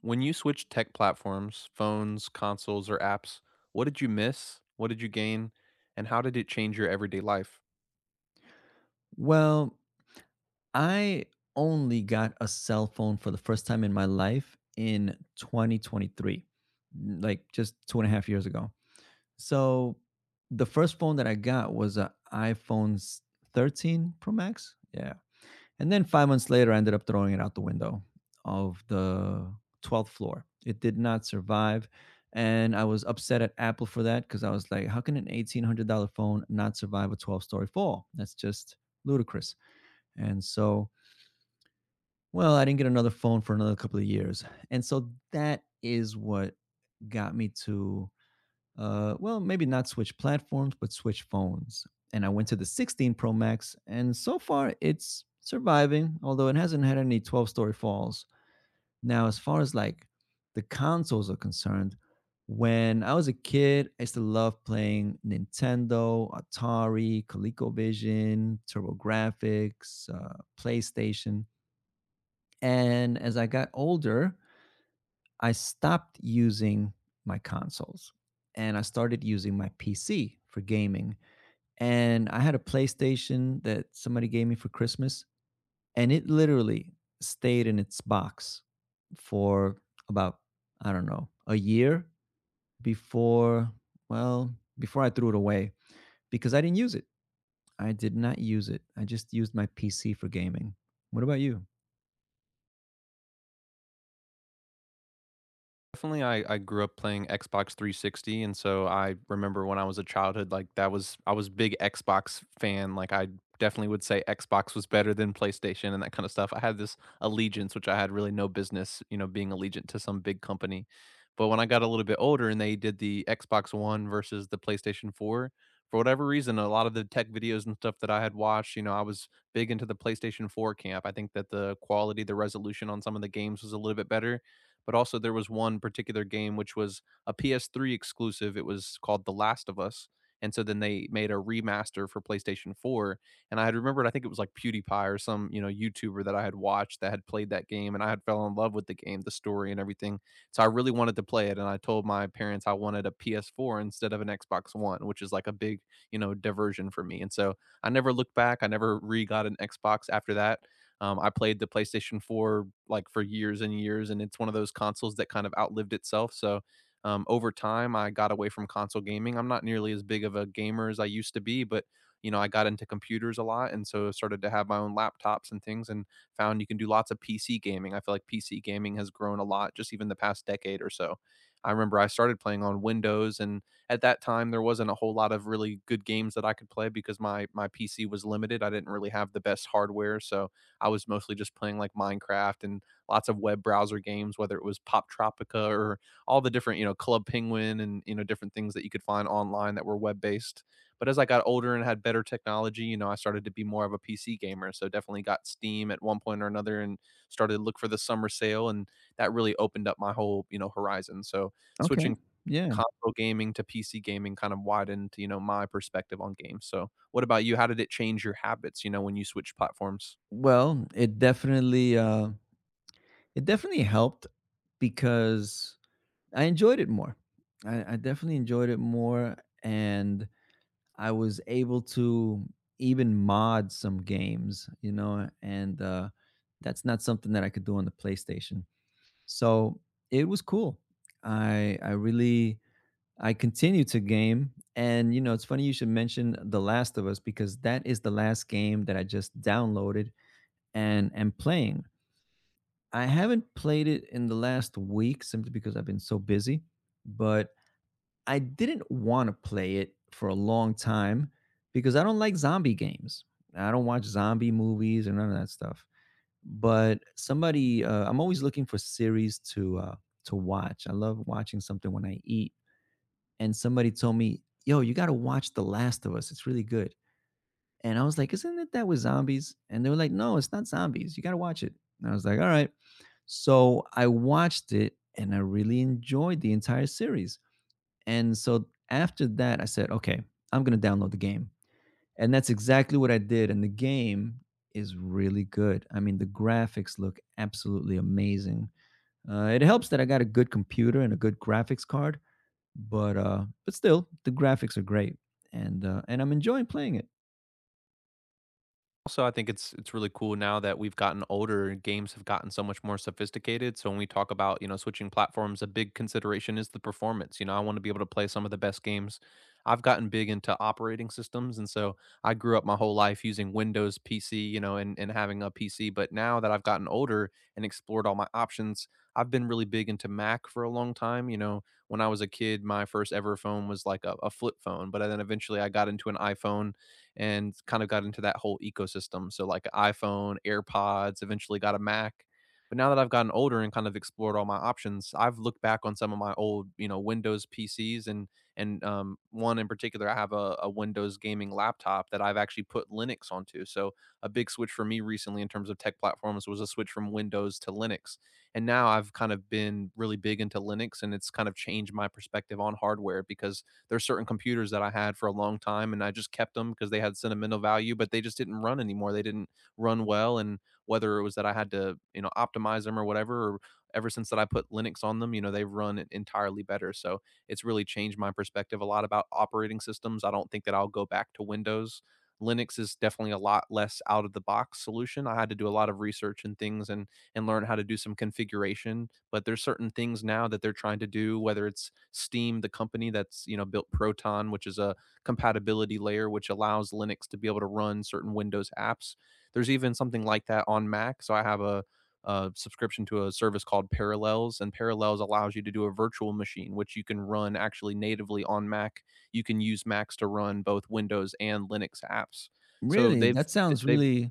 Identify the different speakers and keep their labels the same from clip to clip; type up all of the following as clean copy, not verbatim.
Speaker 1: When you switched tech platforms, phones, consoles, or apps, what did you miss? What did you gain? And how did it change your everyday life?
Speaker 2: Well, I only got a cell phone for the first time in my life in 2023, like just two and a half years ago. So the first phone that I got was an 13 Pro Max. Yeah. And then 5 months later, I ended up throwing it out the window of the 12th floor. It did not survive. And I was upset at Apple for that because I was like, how can an $1,800 phone not survive a 12-story fall? That's just ludicrous. And so, well, I didn't get another phone for another couple of years. And so that is what got me to, well, maybe not switch platforms, but switch phones. And I went to the 16 Pro Max, and so far it's surviving, although it hasn't had any 12-story falls. Now, as far as like the consoles are concerned, when I was a kid, I used to love playing Nintendo, Atari, ColecoVision, TurboGrafx, PlayStation. And as I got older, I stopped using my consoles and I started using my PC for gaming. And I had a PlayStation that somebody gave me for Christmas, and it literally stayed in its box for about, I don't know, a year before, well, before I threw it away because I didn't use it. I did not use it. I just used my PC for gaming. What about you?
Speaker 1: Definitely, I grew up playing Xbox 360, and so I remember when I was a childhood, like, that was I was a big Xbox fan, like, I definitely would say Xbox was better than PlayStation and that kinda stuff. I had this allegiance, which I had really no business, you know, being allegiant to some big company. But when I got a little bit older and they did the Xbox One versus the PlayStation 4, for whatever reason, a lot of the tech videos and stuff that I had watched, you know, I was big into the PlayStation 4 camp. I think that the quality, the resolution on some of the games was a little bit better, but also there was one particular game which was a PS3 exclusive. It was called The Last of Us. And so then they made a remaster for PlayStation 4. And I had remembered, I think it was like PewDiePie or some, you know, YouTuber that I had watched that had played that game. And I had fell in love with the game, the story, and everything. So I really wanted to play it. And I told my parents I wanted a PS4 instead of an Xbox One, which is like a big, you know, diversion for me. And so I never looked back. I never re got an Xbox after that. I played the PlayStation 4 like for years and years, and it's one of those consoles that kind of outlived itself. So over time, I got away from console gaming. I'm not nearly as big of a gamer as I used to be, but you know, I got into computers a lot, and so started to have my own laptops and things, and found you can do lots of PC gaming. I feel like PC gaming has grown a lot, just even the past decade or so. I remember I started playing on Windows, and at that time there wasn't a whole lot of really good games that I could play because my PC was limited. I didn't really have the best hardware, so I was mostly just playing like Minecraft and lots of web browser games, whether it was Pop Tropica or all the different, you know, Club Penguin, and, you know, different things that you could find online that were web based. But as I got older and had better technology, you know, I started to be more of a PC gamer. So definitely got Steam at one point or another and started to look for the summer sale. And that really opened up my whole, you know, horizon. So
Speaker 2: Okay.
Speaker 1: switching
Speaker 2: Yeah.
Speaker 1: console gaming to PC gaming kind of widened, you know, my perspective on games. So what about you? How did it change your habits, you know, when you switch platforms?
Speaker 2: Well, it definitely helped because I enjoyed it more. I definitely enjoyed it more, and I was able to even mod some games, you know, and that's not something that I could do on the PlayStation. So it was cool. I really I continue to game, and you know, it's funny you should mention The Last of Us because that is the last game that I just downloaded and am playing. I haven't played it in the last week simply because I've been so busy, but I didn't want to play it for a long time because I don't like zombie games. I don't watch zombie movies or none of that stuff. But somebody, I'm always looking for series to watch. I love watching something when I eat. And somebody told me, "Yo, you got to watch The Last of Us. It's really good." And I was like, isn't it that with zombies? And they were like, no, it's not zombies. You got to watch it. And I was like, all right. So I watched it and I really enjoyed the entire series. And so after that, I said, okay, I'm going to download the game. And that's exactly what I did. And the game is really good. I mean, the graphics look absolutely amazing. It helps that I got a good computer and a good graphics card, but but still, the graphics are great, and and I'm enjoying playing it.
Speaker 1: Also, I think it's really cool now that we've gotten older and games have gotten so much more sophisticated. So when we talk about, you know, switching platforms, a big consideration is the performance. You know, I want to be able to play some of the best games. I've gotten big into operating systems. And so I grew up my whole life using Windows PC, you know, and having a PC. But now that I've gotten older and explored all my options, I've been really big into Mac for a long time. You know, when I was a kid, my first ever phone was like a flip phone. But then eventually I got into an iPhone and kind of got into that whole ecosystem. So like iPhone, AirPods, eventually got a Mac. But now that I've gotten older and kind of explored all my options, I've looked back on some of my old, you know, Windows PCs. And and um, one in particular, I have a Windows gaming laptop that I've actually put Linux onto. So a big switch for me recently in terms of tech platforms was a switch from Windows to Linux. And now I've kind of been really big into Linux, and it's kind of changed my perspective on hardware because there's certain computers that I had for a long time and I just kept them because they had sentimental value, but they just didn't run anymore. They didn't run well. And whether it was that I had to, you know, optimize them or whatever, or ever since that I put Linux on them, you know, they've run entirely better. So it's really changed my perspective a lot about operating systems. I don't think that I'll go back to Windows. Linux is definitely a lot less out of the box solution. I had to do a lot of research and things, and learn how to do some configuration. But there's certain things now that they're trying to do, whether it's Steam, the company that's, you know, built Proton, which is a compatibility layer which allows Linux to be able to run certain Windows apps. There's even something like that on Mac. So I have a subscription to a service called Parallels, and Parallels allows you to do a virtual machine, which you can run actually natively on Mac. You can use Macs to run both Windows and Linux apps. So
Speaker 2: Really? That sounds
Speaker 1: they've
Speaker 2: really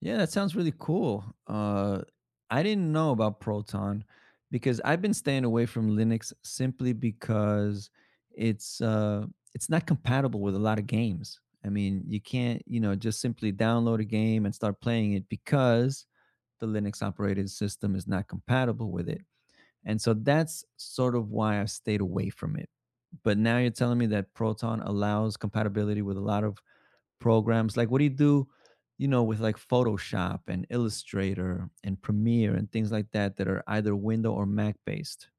Speaker 2: yeah, that sounds really cool. I didn't know about Proton because I've been staying away from Linux simply because it's uh, it's not compatible with a lot of games. I mean, you can't, you know, just simply download a game and start playing it because the Linux operating system is not compatible with it. And so that's sort of why I stayed away from it. But now you're telling me that Proton allows compatibility with a lot of programs. Like what do you do, you know, with like Photoshop and Illustrator and Premiere and things like that that are either Window or Mac based?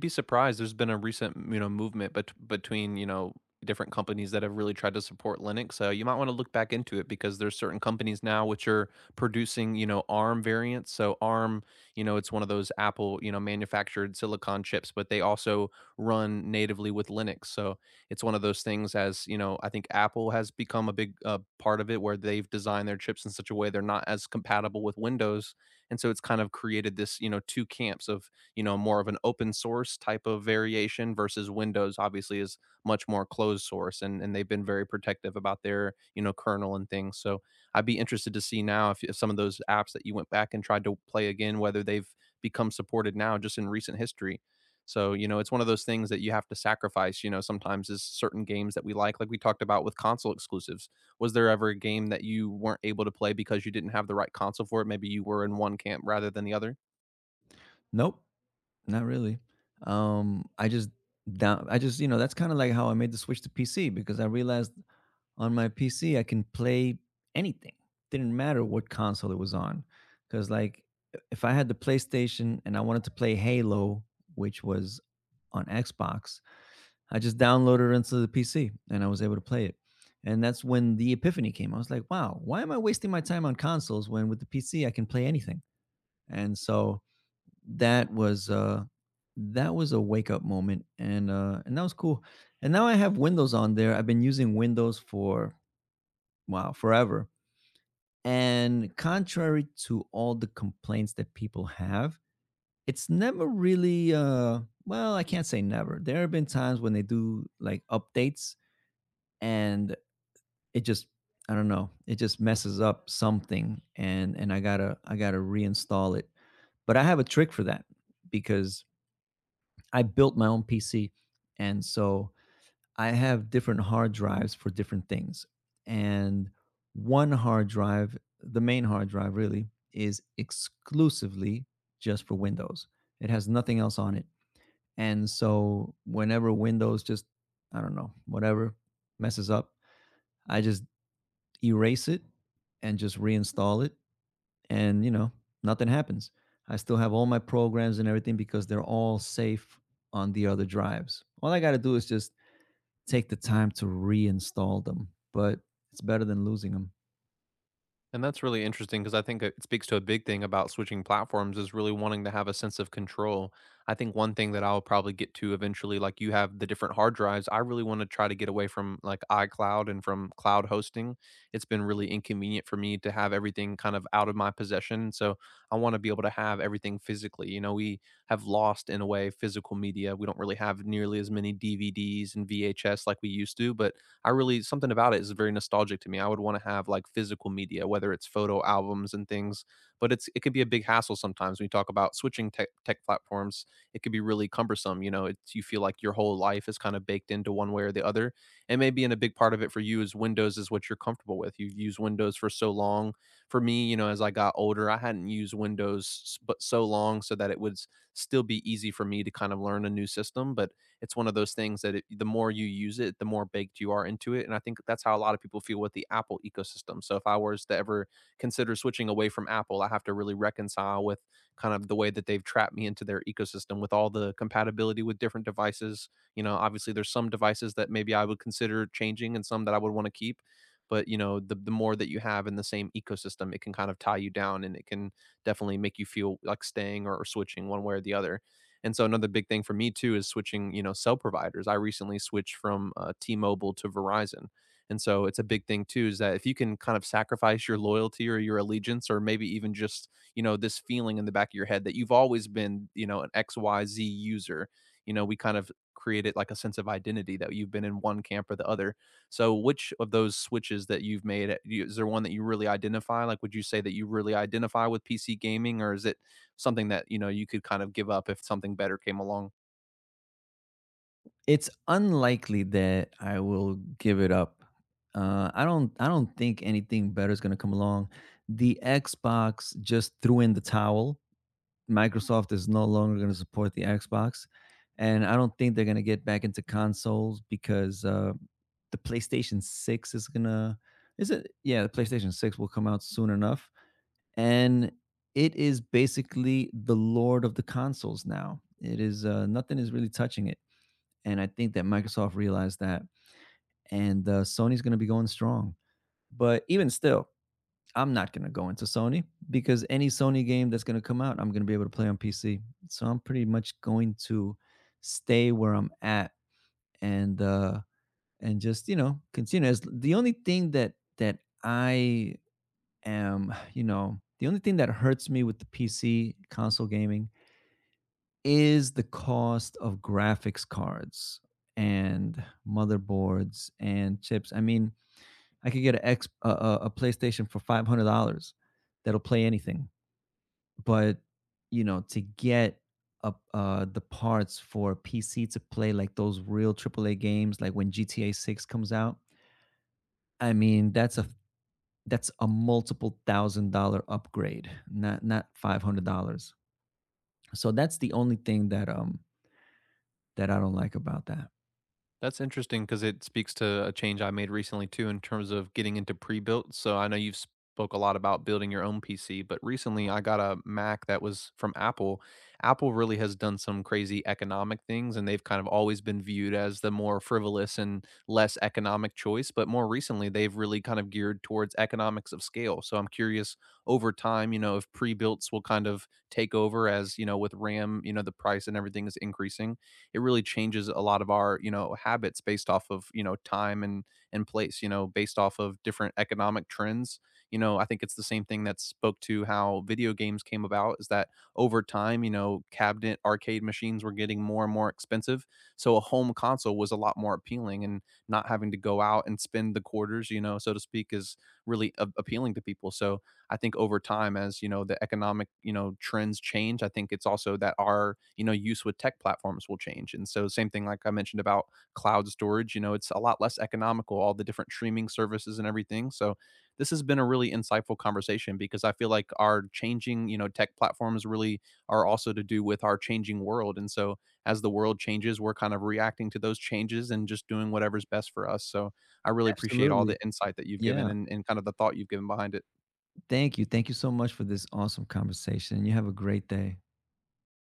Speaker 1: be surprised. There's been a recent, you know, movement between, you know, different companies that have really tried to support Linux. So you might want to look back into it because there's certain companies now which are producing, you know, ARM variants. So ARM, you know, it's one of those Apple, you know, manufactured silicon chips, but they also run natively with Linux. So it's one of those things, as, you know, I think Apple has become a big part of it where they've designed their chips in such a way they're not as compatible with Windows. And so it's kind of created this, you know, two camps of, you know, more of an open source type of variation versus Windows. Obviously, is much more closed source, and they've been very protective about their, you know, kernel and things. So I'd be interested to see now if some of those apps that you went back and tried to play again, whether they've become supported now just in recent history. So, you know, it's one of those things that you have to sacrifice, you know, sometimes. Is certain games that we like we talked about with console exclusives. Was there ever a game that you weren't able to play because you didn't have the right console for it? Maybe you were in one camp rather than the other?
Speaker 2: Nope, not really. I just I just, you know, that's kind of like how I made the switch to PC because I realized on my PC, I can play anything. Didn't matter what console it was on. Because, like, if I had the PlayStation and I wanted to play Halo, which was on Xbox, I just downloaded it into the PC and I was able to play it. And that's when the epiphany came. I was like, wow, why am I wasting my time on consoles when with the PC I can play anything? And so that was uh that was a wake up moment and and that was cool. And now I have Windows on there. I've been using Windows for wow, forever. And contrary to all the complaints that people have, it's never really well, I can't say never. There have been times when they do like updates and it just I don't know, it just messes up something and I got to reinstall it. But I have a trick for that because I built my own PC and so I have different hard drives for different things. And one hard drive, the main hard drive really, is exclusively just for Windows. It has nothing else on it. And so whenever Windows just, I don't know, whatever messes up, I just erase it and just reinstall it. And, you know, nothing happens. I still have all my programs and everything because they're all safe on the other drives. All I got to do is just take the time to reinstall them, but it's better than losing them.
Speaker 1: And that's really interesting because I think it speaks to a big thing about switching platforms, is really wanting to have a sense of control. I think one thing that I'll probably get to eventually, like you have the different hard drives, I really want to try to get away from like iCloud and from cloud hosting. It's been really inconvenient for me to have everything kind of out of my possession. So I want to be able to have everything physically. You know, we have lost in a way physical media. We don't really have nearly as many DVDs and VHS like we used to, but I really something about it is very nostalgic to me. I would want to have like physical media, whether it's photo albums and things, but it's it can be a big hassle sometimes when you talk about switching tech platforms. It could be really cumbersome. You know, it's you feel like your whole life is kind of baked into one way or the other. And maybe in a big part of it for you is Windows is what you're comfortable with. You've used Windows for so long. For me, you know, as I got older, I hadn't used Windows but so long so that it would still be easy for me to kind of learn a new system. But it's one of those things that the more you use it, the more baked you are into it. And I think that's how a lot of people feel with the Apple ecosystem. So if I was to ever consider switching away from Apple, I have to really reconcile with kind of the way that they've trapped me into their ecosystem with all the compatibility with different devices. You know, obviously there's some devices that maybe I would consider changing and some that I would want to keep. But you know, the more that you have in the same ecosystem, it can kind of tie you down and it can definitely make you feel like staying or switching one way or the other. And so another big thing for me too is switching, you know, cell providers. I recently switched from T-Mobile to Verizon. And so it's a big thing too is that if you can kind of sacrifice your loyalty or your allegiance or maybe even just, you know, this feeling in the back of your head that you've always been, you know, an XYZ user. You know, we kind of created like a sense of identity that you've been in one camp or the other. So which of those switches that you've made, is there one that you really identify? Like, would you say that you really identify with PC gaming, or is it something that you know you could kind of give up if something better came along?
Speaker 2: It's unlikely that I will give it up. I don't. I don't think anything better is going to come along. The Xbox just threw in the towel. Microsoft is no longer going to support the Xbox, and I don't think they're going to get back into consoles because the PlayStation Six is going to. Is it? Yeah, the PlayStation Six will come out soon enough and it is basically the lord of the consoles now. It is nothing is really touching it, and I think that Microsoft realized that, and Sony's going to be going strong. But even still, I'm not going to go into Sony because any Sony game that's going to come out, I'm going to be able to play on PC. So I'm pretty much going to stay where I'm at and uh and just, you know, continue as the only thing that I am, you know, the only thing that hurts me with the PC console gaming is the cost of graphics cards and motherboards and chips. I mean, I could get a X a PlayStation for $500 that'll play anything, but you know, to get up the parts for PC to play like those real triple A games, like when GTA Six comes out, I mean, that's a multiple $1,000 upgrade, not $500. So that's the only thing that that I don't like about that.
Speaker 1: That's interesting because it speaks to a change I made recently too in terms of getting into pre-built. So I know you've spoke a lot about building your own PC, but recently I got a Mac that was from Apple. Apple really has done some crazy economic things and they've kind of always been viewed as the more frivolous and less economic choice, but more recently they've really kind of geared towards economics of scale. So I'm curious, over time, you know, if pre-builts will kind of take over, as, you know, with RAM, you know, the price and everything is increasing, it really changes a lot of our, you know, habits based off of, you know, time and place, you know, based off of different economic trends. You know, I think it's the same thing that spoke to how video games came about, is that over time, you know, cabinet arcade machines were getting more and more expensive. So a home console was a lot more appealing, and not having to go out and spend the quarters, you know, so to speak, is really appealing to people. So I think over time, as you know, the economic, you know, trends change, I think it's also that our, you know, use with tech platforms will change. And so, same thing like I mentioned about cloud storage, you know, it's a lot less economical, all the different streaming services and everything. So, this has been a really insightful conversation because I feel like our changing, you know, tech platforms really are also to do with our changing world. And so, as the world changes, we're kind of reacting to those changes and just doing whatever's best for us. So, I really appreciate all
Speaker 2: Absolutely.
Speaker 1: the insight that you've given,
Speaker 2: Yeah.
Speaker 1: and kind of the thought you've given behind it.
Speaker 2: Thank you. Thank you so much for this awesome conversation. You have a great day.